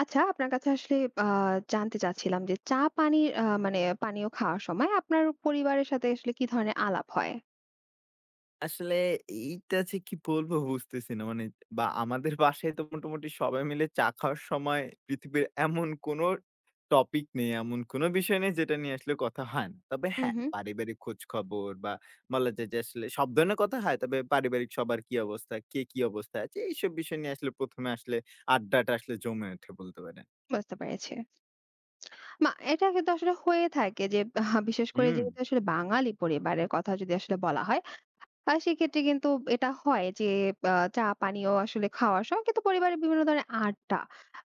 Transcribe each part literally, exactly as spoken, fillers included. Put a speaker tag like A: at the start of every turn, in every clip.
A: আচ্ছা, আপনার কাছে আসলে আ জানতে চাচ্ছিলাম যে চা পানির আ মানে পানীয় খাওয়ার সময় আপনার পরিবারের সাথে আসলে কি ধরনের আলাপ হয়?
B: আসলে এইটা যে কি বলবো বুঝতেছি না। মানে বা আমাদের বাসায় তো মোটামুটি সবাই মিলে চা খাওয়ার সময় পৃথিবীর এমন কোনো টপিক নেই, এমন কোনো বিষয় নেই যেটা নিয়ে আসলে কথা হয় না। তবে
A: হু,
B: হ্যাঁ,
A: হু।
B: পারিবারিক খোঁজখবর বা বলা যায় যে আসলে সব ধরনের কথা হয়। তবে পারিবারিক সবার কি অবস্থা, কে কি অবস্থায় আছে এইসব বিষয় নিয়ে আসলে প্রথম এ আসলে আড্ডাটা আসলে জমে ওঠে বলতে পারেন।
A: বুঝতে পেরেছি। মা এটা কিন্তু আসলে হয়ে থাকে যে আ বিশেষ করে
B: হুম,
A: যেহেতু আসলে বাঙালি পরিবারের কথা যদি আসলে বলা হয় আর সেক্ষেত্রে কিন্তু এটা হয় যে আ চা পানীয় আসলে খাওয়ার সময় কিন্তু পরিবারের বিভিন্ন ধরনের আড্ডা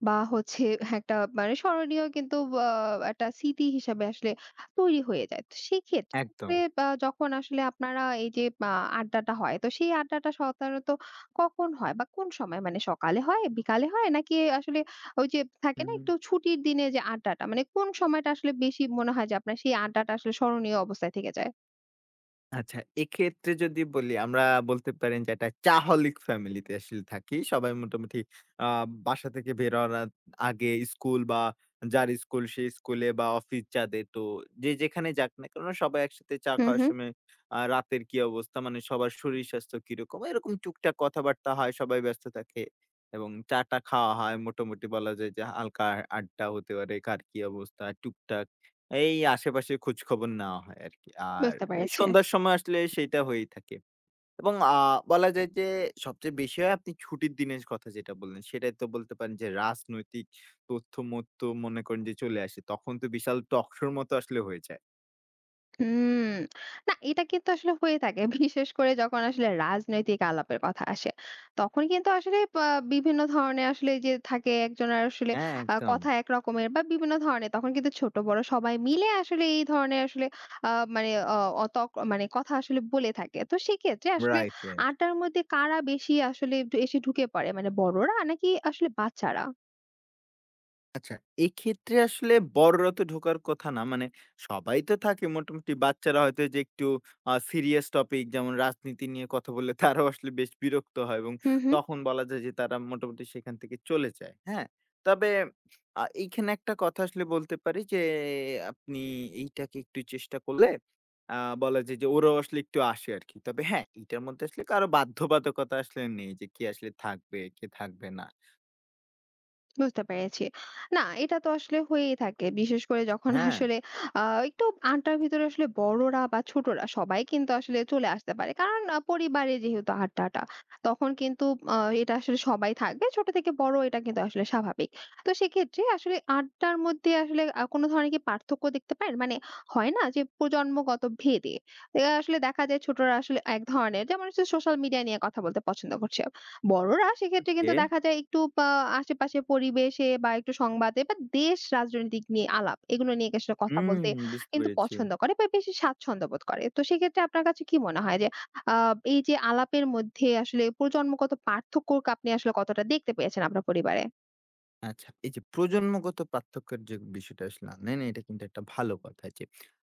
A: বা হচ্ছে একটা মানে স্মরণীয় কিন্তু আ একটা স্মৃতি হিসাবে আসলে তৈরি হয়ে যায়। তো সেক্ষেত্রে
B: একদম।
A: আ যখন আসলে আপনারা এই যে আ আড্ডাটা হয় তো সেই আড্ডাটা সাধারণত কখন হয় বা কোন সময়? মানে সকালে হয়, বিকালে হয় নাকি আসলে ওই যে থাকে না
B: হুম।
A: একটু ছুটির দিনে যে আড্ডাটা মানে কোন সময়টা আসলে বেশি মনে হয় যে আপনার সেই আড্ডাটা আসলে স্মরণীয় অবস্থায় থেকে যায়?
B: আচ্ছা, এক্ষেত্রে যদি বলি আমরা বলতে পারেন যে একটা চাহলিক ফ্যামিলিতে আসলে থাকি। সবাই মোটামুটি আ বাসা থেকে বের হওয়ার আ আগে স্কুল বা যার স্কুল সে স্কুলে বা অফিস যাদের তো যে যেখানে যাক না কেন সবাই একসাথে চা
A: হুম,
B: খাওয়ার
A: হুম।
B: সময় আ রাতের কি অবস্থা মানে সবার শরীর স্বাস্থ্য কিরকম এরকম টুকটাক কথাবার্তা হয়। সবাই ব্যস্ত থাকে এবং চা-টা খাওয়া হয়। মোটামুটি বলা যায় যে হালকা আড্ডা হতে পারে। কার কি অবস্থা টুকটাক এই আশেপাশে খোঁজখবর নেওয়া হয় আরকি। আর
A: বুঝতে
B: এই
A: পেরেছি।
B: সন্ধ্যার সময় আসলে সেইটা হয়েই থাকে। এবং আ বলা যায় যে সবচেয়ে বেশি হয় আপনি ছুটির দিনের কথা যেটা বললেন, সেটাই তো বলতে পারেন যে রাজনৈতিক তথ্য-মথ্য মনে করেন যে চলে আসে। তখন তো বিশাল টক শোর মতো আসলে হয়ে যায়।
A: হুম। না এটা কিন্তু আসলে হয়ে থাকে। বিশেষ করে যখন আসলে রাজনৈতিক আলাপের কথা আসে। তখন কিন্তু আসলে বা বিভিন্ন ধরনের আসলে যে থাকে একজনের আসলে
B: হ্যাঁ,
A: আ
B: একদম।
A: কথা একরকমের বা বিভিন্ন ধরনের তখন কিন্তু ছোট বড় সবাই মিলে আসলে এই ধরনের আসলে আ মানে অ অত মানে কথা আসলে বলে থাকে। তো সেক্ষেত্রে আসলে
B: রাইট, রাইট।
A: আড্ডার মধ্যে কারা বেশি আসলে একটু এসে ঢুকে পড়ে? মানে বড়রা নাকি আসলে বাচ্চারা?
B: আচ্ছা, এক্ষেত্রে আসলে বড়রা তো ঢোকার কথা না। মানে সবাই তো থাকে মোটামুটি বাচ্চারা হয়তো এইযে একটু আ সিরিয়াস টপিক যেমন রাজনীতি নিয়ে কথা বললে তারাও আসলে বেশ বিরক্ত হয় এবং
A: হু, হু।
B: তখন বলা যায় যে তারা মোটামুটি সেখান থেকে চলে যায়। হ্যাঁ? তবে আ এইখানে একটা কথা আসলে বলতে পারি যে আপনি এইটাকে একটু চেষ্টা করলে আ বলা যায় যে ওরাও আসলে একটু আসে আরকি। তবে হ্যাঁ, এইটার মধ্যে আসলে কারো বাধ্যবাধকতা আসলে নেই যে কে আসলে থাকবে, কে থাকবে না।
A: বুঝতে পেরেছি। না, এটা তো আসলে হয়েই থাকে। বিশেষ করে যখন
B: হ্যাঁ?
A: আসলে আ একটু আড্ডার ভিতরে আসলে বড়রা বা ছোটরা সবাই কিন্তু আসলে চলে আসতে পারে। কারণ আ পরিবারে যেহেতু আড্ডাটা, তখন কিন্তু আ এটা আসলে সবাই থাকবে। ছোট থেকে বড় এটা কিন্তু আসলে স্বাভাবিক। তো সেক্ষেত্রে আসলে আড্ডার মধ্যে আসলে আ কোনো ধরনের কি পার্থক্য দেখতে পারেন? মানে হয় না যে প্রজন্মগত ভেদে এ আসলে দেখা যায় ছোটরা আসলে এক ধরনের যেমন হচ্ছে সোশ্যাল মিডিয়া নিয়ে কথা বলতে পছন্দ করছে। বড়রা সেক্ষেত্রে
B: ওকে।
A: কিন্তু দেখা যায় একটু বা আশেপাশে পরিবেশে বা একটু সংবাদে বা দেশ রাজনৈতিক নিয়ে আলাপ এগুলো নিয়ে আসলে কথা
B: হুম,
A: বলতে
B: বুঝতে
A: কিন্তু
B: পেরেছি।
A: পছন্দ করে বা বেশি স্বাচ্ছন্দ্য বোধ করে। তো সেক্ষেত্রে আপনার কাছে কি মনে হয় যে আ এই যে আলাপের মধ্যে আসলে প্রজন্মগত পার্থক্য আপনি আসলে কতটা দেখতে পেয়েছেন আপনার পরিবারে?
B: আচ্ছা, এই যে প্রজন্মগত পার্থক্যের যে বিষয়টা আসলে আনলেন, এটা কিন্তু একটা ভালো কথা যে,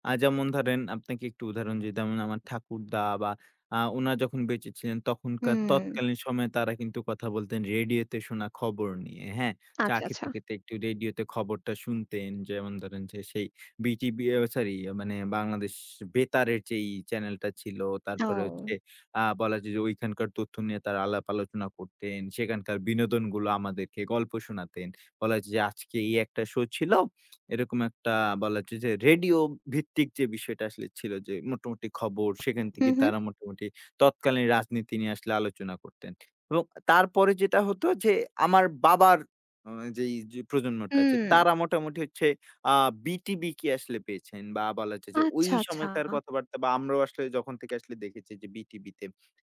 B: আ যেমন ধরেন আপনাকে একটু উদাহরণ দিই, যেমন আমার ঠাকুরদা বা আ উনারা যখন বেঁচে ছিলেন, তখনকার
A: হুম,
B: তৎকালীন সময়ে তারা কিন্তু কথা বলতেন রেডিওতে শোনা খবর নিয়ে, হ্যাঁ? চা
A: আচ্ছা, আচ্ছা।
B: খেতে, খেতে একটু রেডিওতে খবরটা শুনতেন। যেমন ধরেন যে সেই বিটিভি, সরি মানে বাংলাদেশ বেতারের যেই চ্যানেলটা ছিল,
A: ও।
B: তারপরে হচ্ছে আ বলা যায় যে ওইখানকার তথ্য নিয়ে তারা আলাপ আলোচনা করতেন। সেখানকার বিনোদনগুলো আমাদেরকে গল্প শোনাতেন। বলা যায় যে আজকে এই একটা শো ছিল। এরকম একটা বলা যায় যে রেডিও ভিত্তিক যে বিষয়টা আসলে ছিল যে মোটামুটি খবর সেখান
A: হু,
B: থেকে
A: হু,
B: তারা মোটামুটি তৎকালীন রাজনীতি নিয়ে আসলে আলোচনা করতেন। এবং তারপরে যেটা হতো যে আমার বাবার আ যেই যে প্রজন্মটা আছে
A: হুম।
B: তারা মোটামুটি হচ্ছে আ বিটিবি কি আসলে পেয়েছেন? বা বলা যায় যে ওই
A: আচ্ছা, আচ্ছা
B: সময়কার কথাবার্তা বা আমরাও আসলে যখন থেকে আসলে দেখেছি যে বিটিবিতে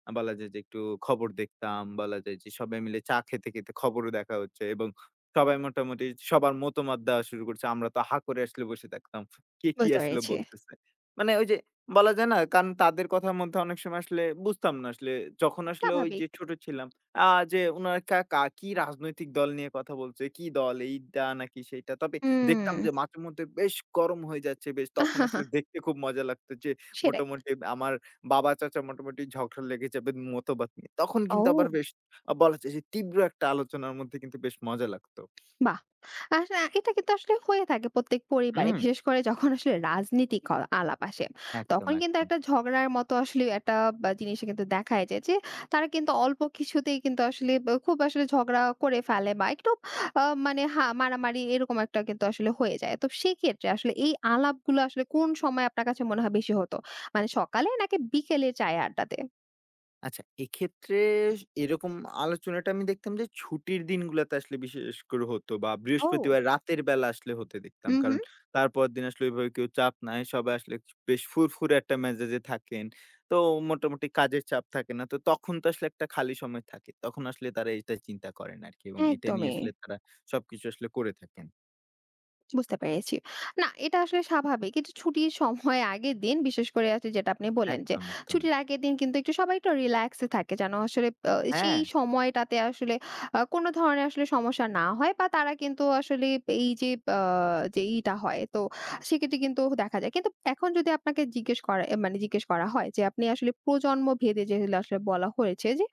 B: আ বলা যায় যে একটু খবর দেখতাম। বলা যায় যে সবাই মিলে চা খেতে, খেতে খবরও দেখা হচ্ছে এবং সবাই মোটামুটি সবার মতামত দেওয়া শুরু করছে। আমরা তো হা করে আসলে বসে থাকতাম। কে কি
A: বুঝতে
B: আসলে
A: পেরেছি।
B: বলতেছে। মানে ওই যে বলা যায় না কারণ তাদের কথার মধ্যে অনেক সময় আসলে বুঝতাম না আসলে যখন আসলে ওই যে
A: স্বাভাবিক।
B: ছোট ছিলাম আ যে উনারা কা কা কি রাজনৈতিক দল নিয়ে কথা বলছে, কি দল এইটা নাকি সেইটা। তবে
A: হুম।
B: দেখতাম যে মাঝেমধ্যে বেশ গরম হয়ে যাচ্ছে বেশ তখন আসলে দেখতে খুব মজা লাগতো যে
A: সেটাই।
B: মোটামুটি আমার বাবা চাচা মোটামুটি ঝগড়া লেগে যাবে মতবাদ নিয়ে। তখন কিন্তু আবার
A: ও।
B: বেশ আ বলা যায় যে তীব্র একটা আলোচনার মধ্যে কিন্তু বেশ মজা লাগতো।
A: বাহ! আস এটা কিন্তু আসলে হয়ে থাকে প্রত্যেক পরিবারে।
B: হুম?
A: বিশেষ করে যখন আসলে রাজনীতি ক আলাপ আসে।
B: একদম,
A: তখন কিন্তু
B: একদম।
A: একটা ঝগড়ার মতো আসলে একটা বা জিনিস কিন্তু দেখায় যায় যে, তারা কিন্তু অল্প কিছুতেই কিন্তু আসলে ব খুব আসলে ঝগড়া করে ফেলে বা একটু আ মানে হা মারামারি এরকম একটা কিন্তু আসলে হয়ে যায়। তো সেক্ষেত্রে আসলে এই আলাপগুলো আসলে কোন সময় আপনার কাছে মনে হয় বেশি হতো? মানে সকালে নাকি বিকেলে চায়ের আড্ডাতে?
B: আচ্ছা, এক্ষেত্রে এরকম আলোচনাটা আমি দেখতাম যে ছুটির দিনগুলাতে আসলে বিশেষ করে হতো বা
A: ও!
B: বৃহস্পতিবার রাতের বেলা আসলে হতে দেখতাম।
A: উহু,
B: কারণ তারপরের দিন আসলে ওইভাবে কেউ চাপ নাই। সবাই আসলে বেশ ফুরফুরে একটা মেজাজে থাকেন। তো মোটামুটি কাজের চাপ থাকে না। তো তখন তো আসলে একটা খালি সময় থাকে। তখন আসলে তারা এটা চিন্তা করেন আরকি এবং এটা নিয়ে
A: একদমই।
B: আসলে তারা সবকিছু আসলে করে থাকেন।
A: বুঝতে পেরেছি। না, এটা আসলে স্বাভাবিক। কিন্তু ছুটির সময় আগের দিন বিশেষ করে আসলে যেটা আপনি বললেন যে,
B: একদম, একদম।
A: ছুটির আগের দিন কিন্তু একটু সবাই একটু রিল্যাক্স এ থাকে যেন আসলে আ
B: হ্যাঁ।
A: সেই সময়টাতে আসলে আ কোনো ধরনের আসলে সমস্যা না হয় বা তারা কিন্তু আসলে এই যে আ যে ইটা হয় তো সেক্ষেত্রে কিন্তু দেখা যায়। কিন্তু এখন যদি আপনাকে জিজ্ঞেস করা এ মানে জিজ্ঞেস করা হয় যে আপনি আসলে প্রজন্ম ভেদে যেগুলো আসলে বলা হয়েছে যে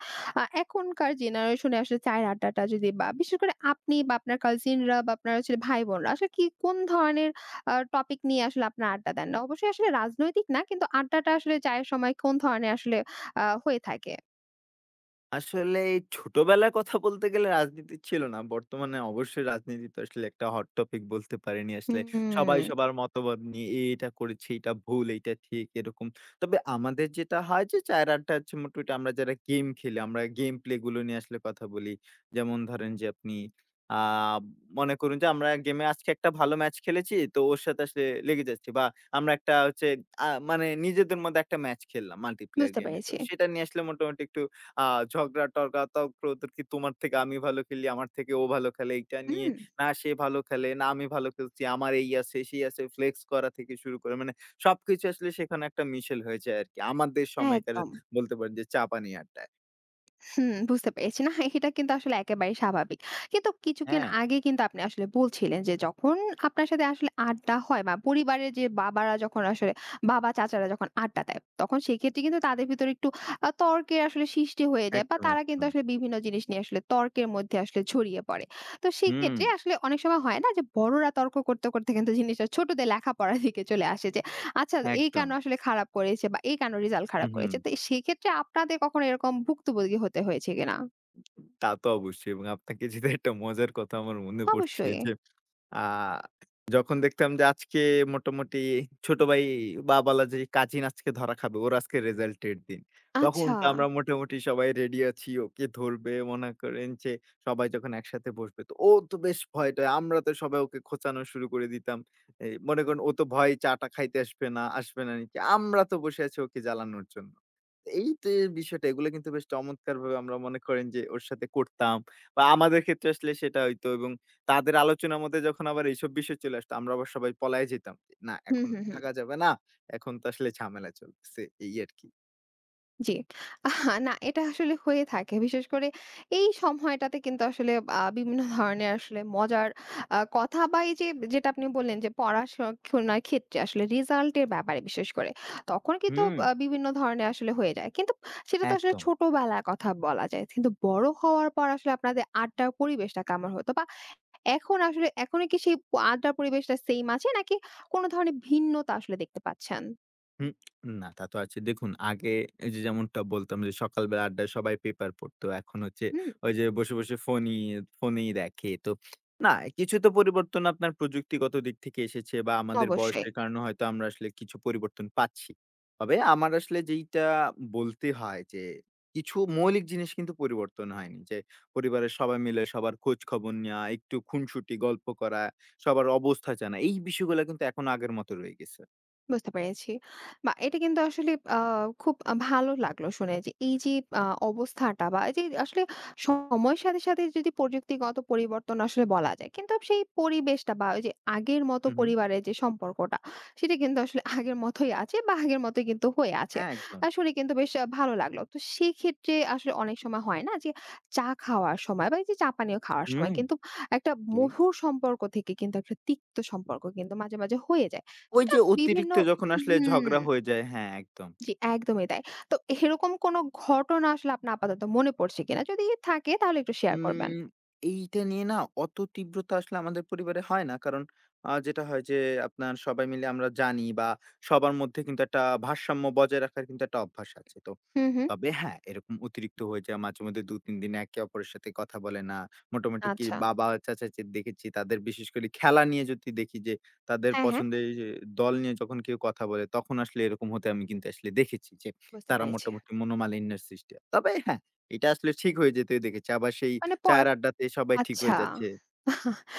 A: আ এখনকার জেনারেশনে আসলে চায়ের আড্ডাটা যদি বা বিশেষ করে আপনি বা আপনার কাজিনরা বা আপনার আসলে ভাই-বোনরা আসলে কি কোন ধরনের আ টপিক নিয়ে আসলে আপনারা আড্ডা দেন? না অবশ্যই আসলে রাজনৈতিক না কিন্তু আড্ডাটা আসলে চায়ের সময় কোন ধরনের আসলে আ হয়ে থাকে?
B: আসলে ছোটবেলার কথা বলতে গেলে রাজনীতি ছিল না। বর্তমানে অবশ্যই রাজনীতি তো আসলে একটা হট টপিক বলতে পারেনি আসলে। সবাই
A: হুম।
B: সবার মতবাদ নিয়ে এ এটা করেছে, এটা ভুল, এইটা ঠিক এরকম। তবে আমাদের যেটা হয় যে চার আট টা হচ্ছে মোটামুটি আমরা যারা গেম খেলি, আমরা গেম প্লে গুলো নিয়ে আসলে কথা বলি। যেমন ধরেন যে আপনি আ মনে করুন যে আমরা গেমে আজকে একটা ভালো ম্যাচ খেলেছি তো ওর সাথে আসলে লেগে যাচ্ছি। বা আমরা একটা হচ্ছে আ মানে নিজেদের মধ্যে একটা ম্যাচ খেললাম মাল্টিপ্লেয়ার
A: বুঝতে
B: গেমে। তো
A: পেরেছি।
B: সেটা নিয়ে আসলে মোটামুটি একটু আ ঝগড়া-টগড়া, কি তোমার থেকে আমি ভালো খেলি, আমার থেকে ও ভালো খেলে। এইটা
A: হুম।
B: নিয়ে না সে ভালো খেলে, না আমি ভালো খেলছি। আমার এই আছে, সেই আছে, ফ্লেক্স করা থেকে শুরু করে মানে সবকিছু আসলে সেখানে একটা মিশেল হয়ে যায় আরকি। আমাদের সময়কার
A: একদম।
B: বলতে পারেন যে চা পানি আড্ডায়।
A: হুম, বুঝতে পেরেছি। না, এটা কিন্তু আসলে একেবারেই স্বাভাবিক। কিন্তু কিছুক্ষণ
B: হ্যাঁ?
A: আগে কিন্তু আপনি আসলে বলছিলেন যে, যখন আপনার সাথে আসলে আড্ডা হয় বা পরিবারের যে বাবারা যখন আসলে বাবা, চাচারা যখন আড্ডা দেয়, তখন সেক্ষেত্রে কিন্তু তাদের ভিতরে একটু আ তর্কের আসলে সৃষ্টি হয়ে যায় বা
B: একদম,
A: তারা কিন্তু
B: একদম।
A: আসলে বিভিন্ন জিনিস নিয়ে আসলে তর্কের মধ্যে আসলে জড়িয়ে পড়ে। তো
B: হুম,
A: সেক্ষেত্রে আসলে অনেক সময় হয় না যে, বড়রা তর্ক করতে, করতে কিন্তু জিনিসটা ছোটদের লেখাপড়ার দিকে চলে আসে যে, আচ্ছা, এই কেন
B: একদম।
A: আসলে খারাপ করেছে বা এই কেন রেজাল্ট
B: হু,
A: খারাপ
B: হু।
A: করেছে। তো সেক্ষেত্রে আপনাদের কখনো এরকম ভুক্তভোগী হতে হয়েছে কিনা?
B: তা তো অবশ্যই এবং আপনাকে যেটা একটা মজার কথা আমার মনে পড়ছে
A: অবশ্যই।
B: যে, আ যখন দেখতাম যে আজকে মোটামুটি ছোট ভাই বা বলা যায় কাজিন আজকে ধরা খাবে। ওর আজকে রেজাল্ট এর দিন। তখন
A: আচ্ছা।
B: তো আমরা মোটামুটি সবাই রেডি আছি। ওকে ধরবে মনে করেন যে সবাই যখন একসাথে বসবে তো ও তো বেশ ভয় টয়। আমরা তো সবাই ওকে খোঁচানো শুরু করে দিতাম। এই মনে করেন ও তো ভয়ে চা টা খাইতে আসবে না, আসবে না নিচে। আমরা তো বসে আছি ওকে জ্বালানোর জন্য। এই যে বিষয়টা এগুলো কিন্তু বেশ চমৎকারভাবে আমরা মনে করেন যে ওর সাথে করতাম। বা আমাদের ক্ষেত্রে আসলে সেটা হইতো এবং তাদের আলোচনার মধ্যে যখন আবার এইসব বিষয় চলে আসতো আমরা আবার সবাই পলায় যেতাম। যে, না
A: হুম,
B: এখন
A: হুম, হুম।
B: থাকা যাবে না। এখন তো আসলে ঝামেলা চলতেছে এই আরকি।
A: জি। আহা না এটা আসলে হয়ে থাকে। বিশেষ করে এই সময়টাতে কিন্তু আসলে আ বিভিন্ন ধরনের আসলে মজার আ কথা বা এই যে যেটা আপনি বললেন যে পড়াশোনার ক্ষেত্রে আসলে রেজাল্ট এর ব্যাপারে বিশেষ করে। তখন কিন্তু
B: হুম,
A: আ বিভিন্ন ধরনের আসলে হয়ে যায়। কিন্তু সেটা তো আসলে
B: একদম।
A: ছোটবেলার কথা বলা যায়। কিন্তু বড় হওয়ার পর আসলে আপনাদের আড্ডার পরিবেশটা কেমন হতো? বা এখন আসলে এখনো কি সেই প আড্ডার পরিবেশটা সেইম আছে নাকি কোন ধরনের ভিন্নতা আসলে দেখতে পাচ্ছেন?
B: হুম, না তা তো আছে। দেখুন আগে এই যে যেমনটা বলতাম যে সকালবেলা আড্ডায় সবাই পেপার পড়তো। এখন হচ্ছে
A: হুম?
B: ওই যে বসে, বসে ফোনই ফোনেই দেখে। তো না কিছু তো পরিবর্তন আপনার প্রযুক্তিগত দিক থেকে এসেছে বা আমাদের
A: অবশ্যই।
B: বয়সের কারণে হয়তো আমরা আসলে কিছু পরিবর্তন পাচ্ছি। তবে আমার আসলে যেইটা বলতে হয় যে কিছু মৌলিক জিনিস কিন্তু পরিবর্তন হয়নি। যে পরিবারের সবাই মিলে সবার খোঁজ খবর নেওয়া, একটু খুনসুটি গল্প করা, সবার অবস্থা জানা। এই বিষয়গুলা কিন্তু এখনো আগের মতো রয়ে গেছে।
A: বুঝতে পেরেছি। বাহ! এটা কিন্তু আসলে আ খুব আ ভালো লাগলো শুনে যে এই যে আ অবস্থাটা বা এই যে আসলে সময়ের সাথে, সাথে যদি প্রযুক্তিগত পরিবর্তন আসলে বলা যায়। কিন্তু সেই পরিবেশটা বা ওই যে আগের মতো
B: হু, হু।
A: পরিবারের যে সম্পর্কটা সেটা কিন্তু আসলে আগের মতোই আছে বা আগের মতোই কিন্তু হয়ে আছে।
B: হ্যাঁ, একদম।
A: আ শুনে কিন্তু বেশ আ ভালো লাগলো। তো সেক্ষেত্রে আসলে অনেক সময় হয় না যে চা খাওয়ার সময় বা এই যে চা পানীয় খাওয়ার সময়
B: হুম,
A: কিন্তু একটা
B: জি।
A: মধুর সম্পর্ক থেকে কিন্তু একটা তিক্ত সম্পর্ক কিন্তু মাঝে, মাঝে হয়ে যায়।
B: ওই
A: এটা
B: যে
A: বিভিন্ন
B: অতিরিক্ত যখন আসলে
A: হুম,
B: ঝগড়া হয়ে যায় হ্যাঁ, একদম।
A: জি, একদমই তাই। তো এরকম কোন ঘটনা আসলে আপনার আপাতত মনে পড়ছে কিনা? যদি থাকে তাহলে একটু শেয়ার করবেন।
B: উম এইটা নিয়ে না অত তীব্রতা আসলে আমাদের পরিবারে হয় না। কারণ আ যেটা হয় যে আপনার সবাই মিলে আমরা জানি বা সবার মধ্যে কিন্তু একটা ভারসাম্য বজায় রাখার কিন্তু একটা অভ্যাস আছে তো।
A: হুম, হুম।
B: তবে হ্যাঁ, এরকম অতিরিক্ত হয়ে যায় মাঝেমধ্যে দুই তিন দিন একে অপরের সাথে কথা বলে না। মোটামুটি কি
A: আচ্ছা।
B: বাবা, চাচাকে দেখেছি তাদের বিশেষ করে খেলা নিয়ে যদি দেখি যে তাদের
A: হ্যাঁ, হ্যাঁ।
B: পছন্দের যে দল নিয়ে যখন কেউ কথা বলে তখন আসলে এরকম হতে আমি কিন্তু আসলে দেখেছি যে
A: বুঝতে
B: তারা
A: পেরেছি।
B: মোটামুটি মনোমালিন্যের সৃষ্টি হয়। তবে হ্যাঁ, এটা আসলে ঠিক হয়ে যেতেই দেখেছি। আবার সেই
A: মানে পর
B: চায়ের আড্ডাতে সবাই ঠিক
A: আচ্ছা।
B: হয়ে যাচ্ছে।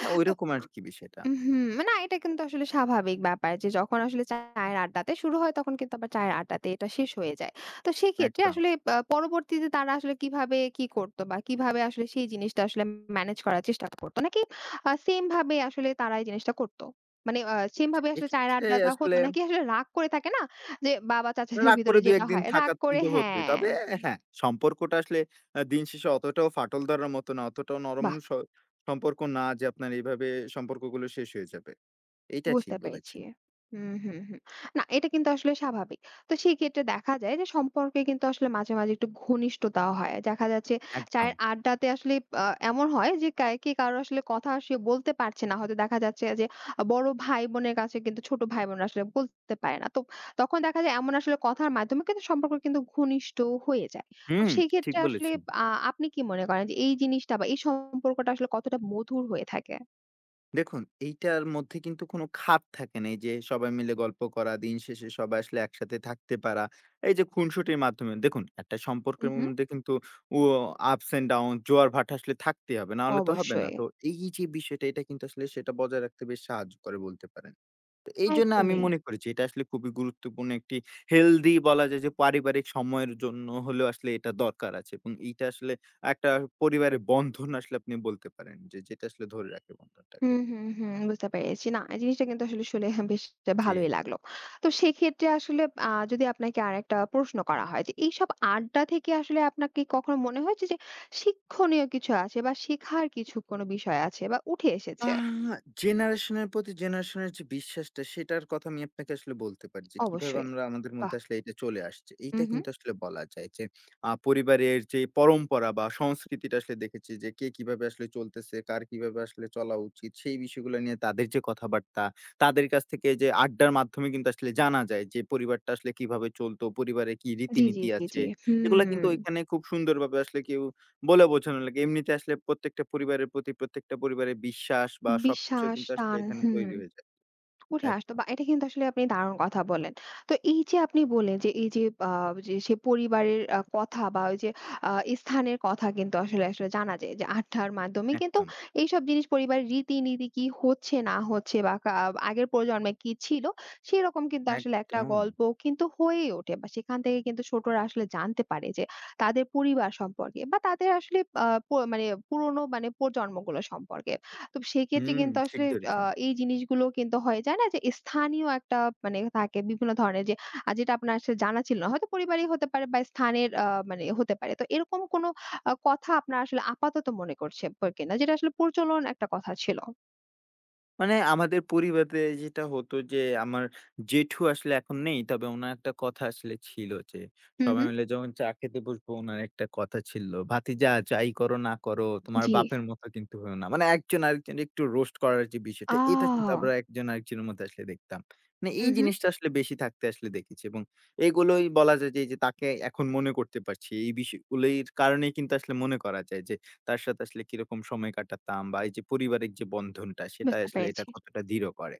B: না
A: তো
B: ঐরকম আরকি বিষয়টা।
A: হুম, মানে না এটা কিন্তু আসলে স্বাভাবিক ব্যাপার যে যখন আসলে চায়ের আড্ডাতে শুরু হয় তখন কিন্তু আবার চায়ের আড্ডাতে এটা শেষ হয়ে যায়। তো সেক্ষেত্রে
B: একদম।
A: আসলে আ পরবর্তীতে তারা আসলে কিভাবে কি করতো বা কিভাবে আসলে সেই জিনিসটা আসলে ম্যানেজ করার চেষ্টা করতো? নাকি আ সেম ভাবে আসলে তারা এই জিনিসটা করতো? মানে আ সেম
B: আচ্ছা,
A: ভাবে আসলে চায়ের
B: এক্ষেত্রে
A: আড্ডাটা হতো
B: আসলে
A: নাকি আসলে রাগ করে থাকে না? যে বাবা চাচাদের
B: রাগ
A: ভিতরে
B: করে দুই এক
A: যেটা
B: দিন
A: হয়
B: থাকা
A: রাগ করে
B: কিন্তু হতোই।
A: হ্যাঁ,
B: তবে হ্যাঁ, সম্পর্কটা আসলে আ দিন শেষে অতটাও ফাটল ধরার মতো না, অতটাও নরম
A: বাহ!
B: স সম্পর্ক না যে আপনার এভাবে সম্পর্কগুলো শেষ হয়ে যাবে। এইটা
A: বুঝতে
B: ঠিক
A: পেরেছি।
B: বলেছেন।
A: হুম, হুম, হুম। না এটা কিন্তু আসলে স্বাভাবিক। তো সেই ক্ষেত্রে দেখা যায় যে সম্পর্কে কিন্তু আসলে মাঝে, মাঝে একটু ঘনিষ্ঠতাও হয়। দেখা যাচ্ছে
B: একদম।
A: চায়ের আড্ডাতে আসলে আ এমন হয় যে কা কে কারো আসলে কথা সে বলতে পারছে না। হয়তো দেখা যাচ্ছে যে বড় ভাই-বোনের কাছে কিন্তু ছোট ভাই-বোনরা আসলে বলতে পারে না। তো তখন দেখা যায় এমন আসলে কথার মাধ্যমে কিন্তু সম্পর্ক কিন্তু ঘনিষ্ঠ হয়ে যায়। তো
B: হুম, ঠিক
A: সেক্ষেত্রে আসলে
B: বলেছেন।
A: আ আপনি কি মনে করেন যে এই জিনিসটা বা এই সম্পর্কটা আসলে কতটা মধুর হয়ে থাকে?
B: দেখুন, এইটার মধ্যে কিন্তু কোনো খাত থাকে না। এই যে সবাই মিলে গল্প করা, দিন শেষে সবাই আসলে একসাথে থাকতে পারা। এই যে খুনসুটির মাধ্যমে দেখুন, একটা
A: হু,
B: সম্পর্কের
A: হু।
B: মধ্যে কিন্তু ও ups and down জোয়ার ভাটা আসলে থাকতেই হবে। না হলে তো হবে না।
A: অবশ্যই।
B: তো এই যে বিষয়টা এটা কিন্তু আসলে সেটা বজায় রাখতে বেশ সাহায্য করে বলতে পারেন। তো এইজন্য আমি
A: একদমই।
B: মনে করি যে এটা আসলে খুবই গুরুত্বপূর্ণ একটি হেলদি বলা যায় যে পারিবারিক সময়ের জন্য হলেও আসলে এটা দরকার আছে এবং এইটা আসলে একটা পরিবারের বন্ধন আসলে আপনি বলতে পারেন যে যেটা আসলে ধরে রাখে বন্ধনটাকে।
A: হুম, হুম, হুম। বুঝতে পেরেছি। না, এই জিনিসটা কিন্তু আসলে শুনে হ্যাঁ, বেশ
B: জি।
A: ভালোই লাগলো। তো সেক্ষেত্রে আসলে আ যদি আপনাকে আরেকটা প্রশ্ন করা হয় যে, এইসব আড্ডা থেকে আসলে আপনার কি কখনো মনে হয়েছে যে শিক্ষণীয় কিছু আছে বা শেখার কিছু কোনো বিষয় আছে বা উঠে এসেছে?
B: আহ জেনারেশনের প্রতি জেনারেশনের যে বিশ্বাসটা সেটার কথা আমি আপনাকে আসলে বলতে পারি যে কিভাবে
A: অবশ্যই।
B: আমরা আমাদের
A: বাহ!
B: মধ্যে আসলে এটা চলে আসছে।
A: হু,
B: এইটা
A: হু।
B: কিন্তু আসলে বলা যায় যে আ পরিবারের যে পরম্পরা বা সংস্কৃতিটা আসলে দেখেছি যে কে কিভাবে আসলে চলতেছে, কার কিভাবে আসলে চলা উচিত সেই বিষয়গুলো নিয়ে তাদের যে কথাবার্তা, তাদের কাছ থেকে যে আড্ডার মাধ্যমে কিন্তু আসলে জানা যায় যে পরিবারটা আসলে কিভাবে চলতো, পরিবারে কি
A: জি, জি,
B: রীতিনীতি
A: জি, জি।
B: আছে। এগুলা
A: হুম।
B: কিন্তু ওইখানে খুব সুন্দরভাবে আসলে কেউ বলে বোঝানো লাগে। এমনিতে আসলে প্রত্যেকটা পরিবারের প্রতি প্রত্যেকটা পরিবারের বিশ্বাস বা সবকিছু
A: বিশ্বাস,
B: কিন্তু আসলে
A: টান।
B: এখানে
A: হুম।
B: তৈরি হয়ে যায়।
A: উঠে আসতো
B: একদম,
A: বা এটা কিন্তু আসলে আপনি দারুণ কথা বললেন। তো এই যে আপনি বললেন যে এই যে আ যে সে পরিবারের আ কথা বা ওই যে আ স্থানের কথা কিন্তু আসলে, আসলে জানা যায় যে আড্ডার মাধ্যমে কিন্তু
B: একদম,
A: এইসব জিনিস পরিবারের রীতিনীতি কি হচ্ছে না হচ্ছে বা কা আগের প্রজন্মে কি ছিল সেরকম কিন্তু আসলে একটা
B: একদম।
A: গল্প কিন্তু হয়েই ওঠে বা সেখান থেকে কিন্তু ছোটরা আসলে জানতে পারে যে তাদের পরিবার সম্পর্কে বা তাদের আসলে আ প মানে পুরনো মানে প্রজন্মগুলো সম্পর্কে। তো সেক্ষেত্রে
B: হুম,
A: কিন্তু
B: ঠিক
A: আসলে আ
B: ধরেছেন।
A: এই জিনিসগুলো কিন্তু হয়ে যায় না যে স্থানীয় একটা মানে থাকে বিভিন্ন ধরনের যে আ যেটা আপনার আসলে জানা ছিল না। হয়তো পরিবারই হতে পারে বা স্থানের আ মানে হতে পারে। তো এরকম কোনো আ কথা আপনার আসলে আপাতত মনে করছে প কিনা যেটা আসলে প্রচলন একটা কথা ছিল?
B: মানে আমাদের পরিবারে যেটা হতো যে, আমার জেঠু আসলে এখন নেই। তবে উনার একটা কথা আসলে ছিল যে,
A: হু,
B: সবাই
A: হু।
B: মিলে যখন চা খেতে বসবো, উনার একটা কথা ছিল, "ভাতিজা যাই করো না করো, তোমার
A: জি।
B: বাপের মতো কিন্তু হইও না।" মানে একজন আরেকজনের একটু রোস্ট করার যে বিষয়টা, এটা কিন্তু
A: আ
B: আমরা একজন আরেকজনের মধ্যে আসলে দেখতাম। মানে
A: হু,
B: এই
A: হু।
B: জিনিসটা আসলে বেশি থাকতে আসলে দেখেছি এবং এগুলোই বলা যায় যে, এই যে তাকে এখন মনে করতে পারছি। এই বিষয়গুলোর কারণেই কিন্তু আসলে মনে করা যায় যে তার সাথে আসলে কিরকম সময় কাটাতাম বা এই যে পারিবারিক যে বন্ধনটা সেটা
A: বুঝতে
B: আসলে এটা
A: পেরেছি।
B: কতটা দৃঢ় করে।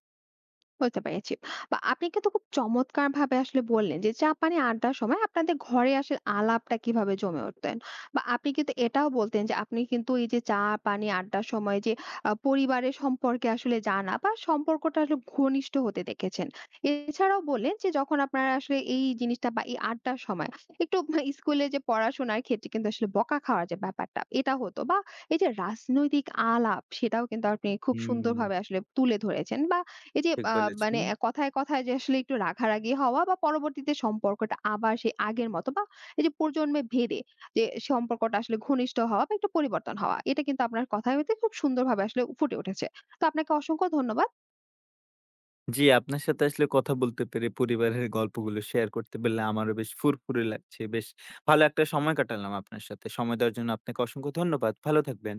A: বুঝতে পেরেছি। বা আপনি কিন্তু খুব চমৎকারভাবে আসলে বললেন যে, চা পানি আড্ডার সময় আপনাদের ঘরে আসলে আলাপটা কিভাবে জমে উঠতেন। বা আপনি কিন্তু এটাও বলতেন যে, আপনি কিন্তু এই যে চা পানি আড্ডার সময় যে আ পরিবারের সম্পর্কে আসলে জানা বা সম্পর্কটা আসলে ঘনিষ্ঠ হতে দেখেছেন। এছাড়াও বললেন যে, যখন আপনারা আসলে এই জিনিসটা বা এই আড্ডার সময় একটু স্কুলে যে পড়াশোনার ক্ষেত্রে কিন্তু আসলে বকা খাওয়ার যে ব্যাপারটা এটা হতো বা এই যে রাজনৈতিক আলাপ সেটাও কিন্তু আপনি খুব
B: হুম,
A: সুন্দরভাবে আসলে তুলে ধরেছেন বা এই যে
B: ঠিক
A: আ
B: বলেছেন।
A: মানে কথায়, কথায় যে আসলে একটু রাগারাগি হওয়া বা পরবর্তীতে সম্পর্কটা আবার সেই আগের মতো বা এই যে প্রজন্মে ভেদে যে সম্পর্কটা আসলে ঘনিষ্ঠ হওয়া বা একটু পরিবর্তন হওয়া। এটা কিন্তু আপনার কথায় হইতে খুব সুন্দরভাবে আসলে ফুটে উঠেছে। তো আপনাকে অসংখ্য ধন্যবাদ।
B: জি, আপনার সাথে আসলে কথা বলতে পেরে পরিবারের গল্পগুলো শেয়ার করতে পারলে আমারও বেশ ফুরফুরে লাগছে। বেশ ভালো একটা সময় কাটালাম আপনার সাথে। সময় দেওয়ার জন্য আপনাকে অসংখ্য ধন্যবাদ। ভালো থাকবেন।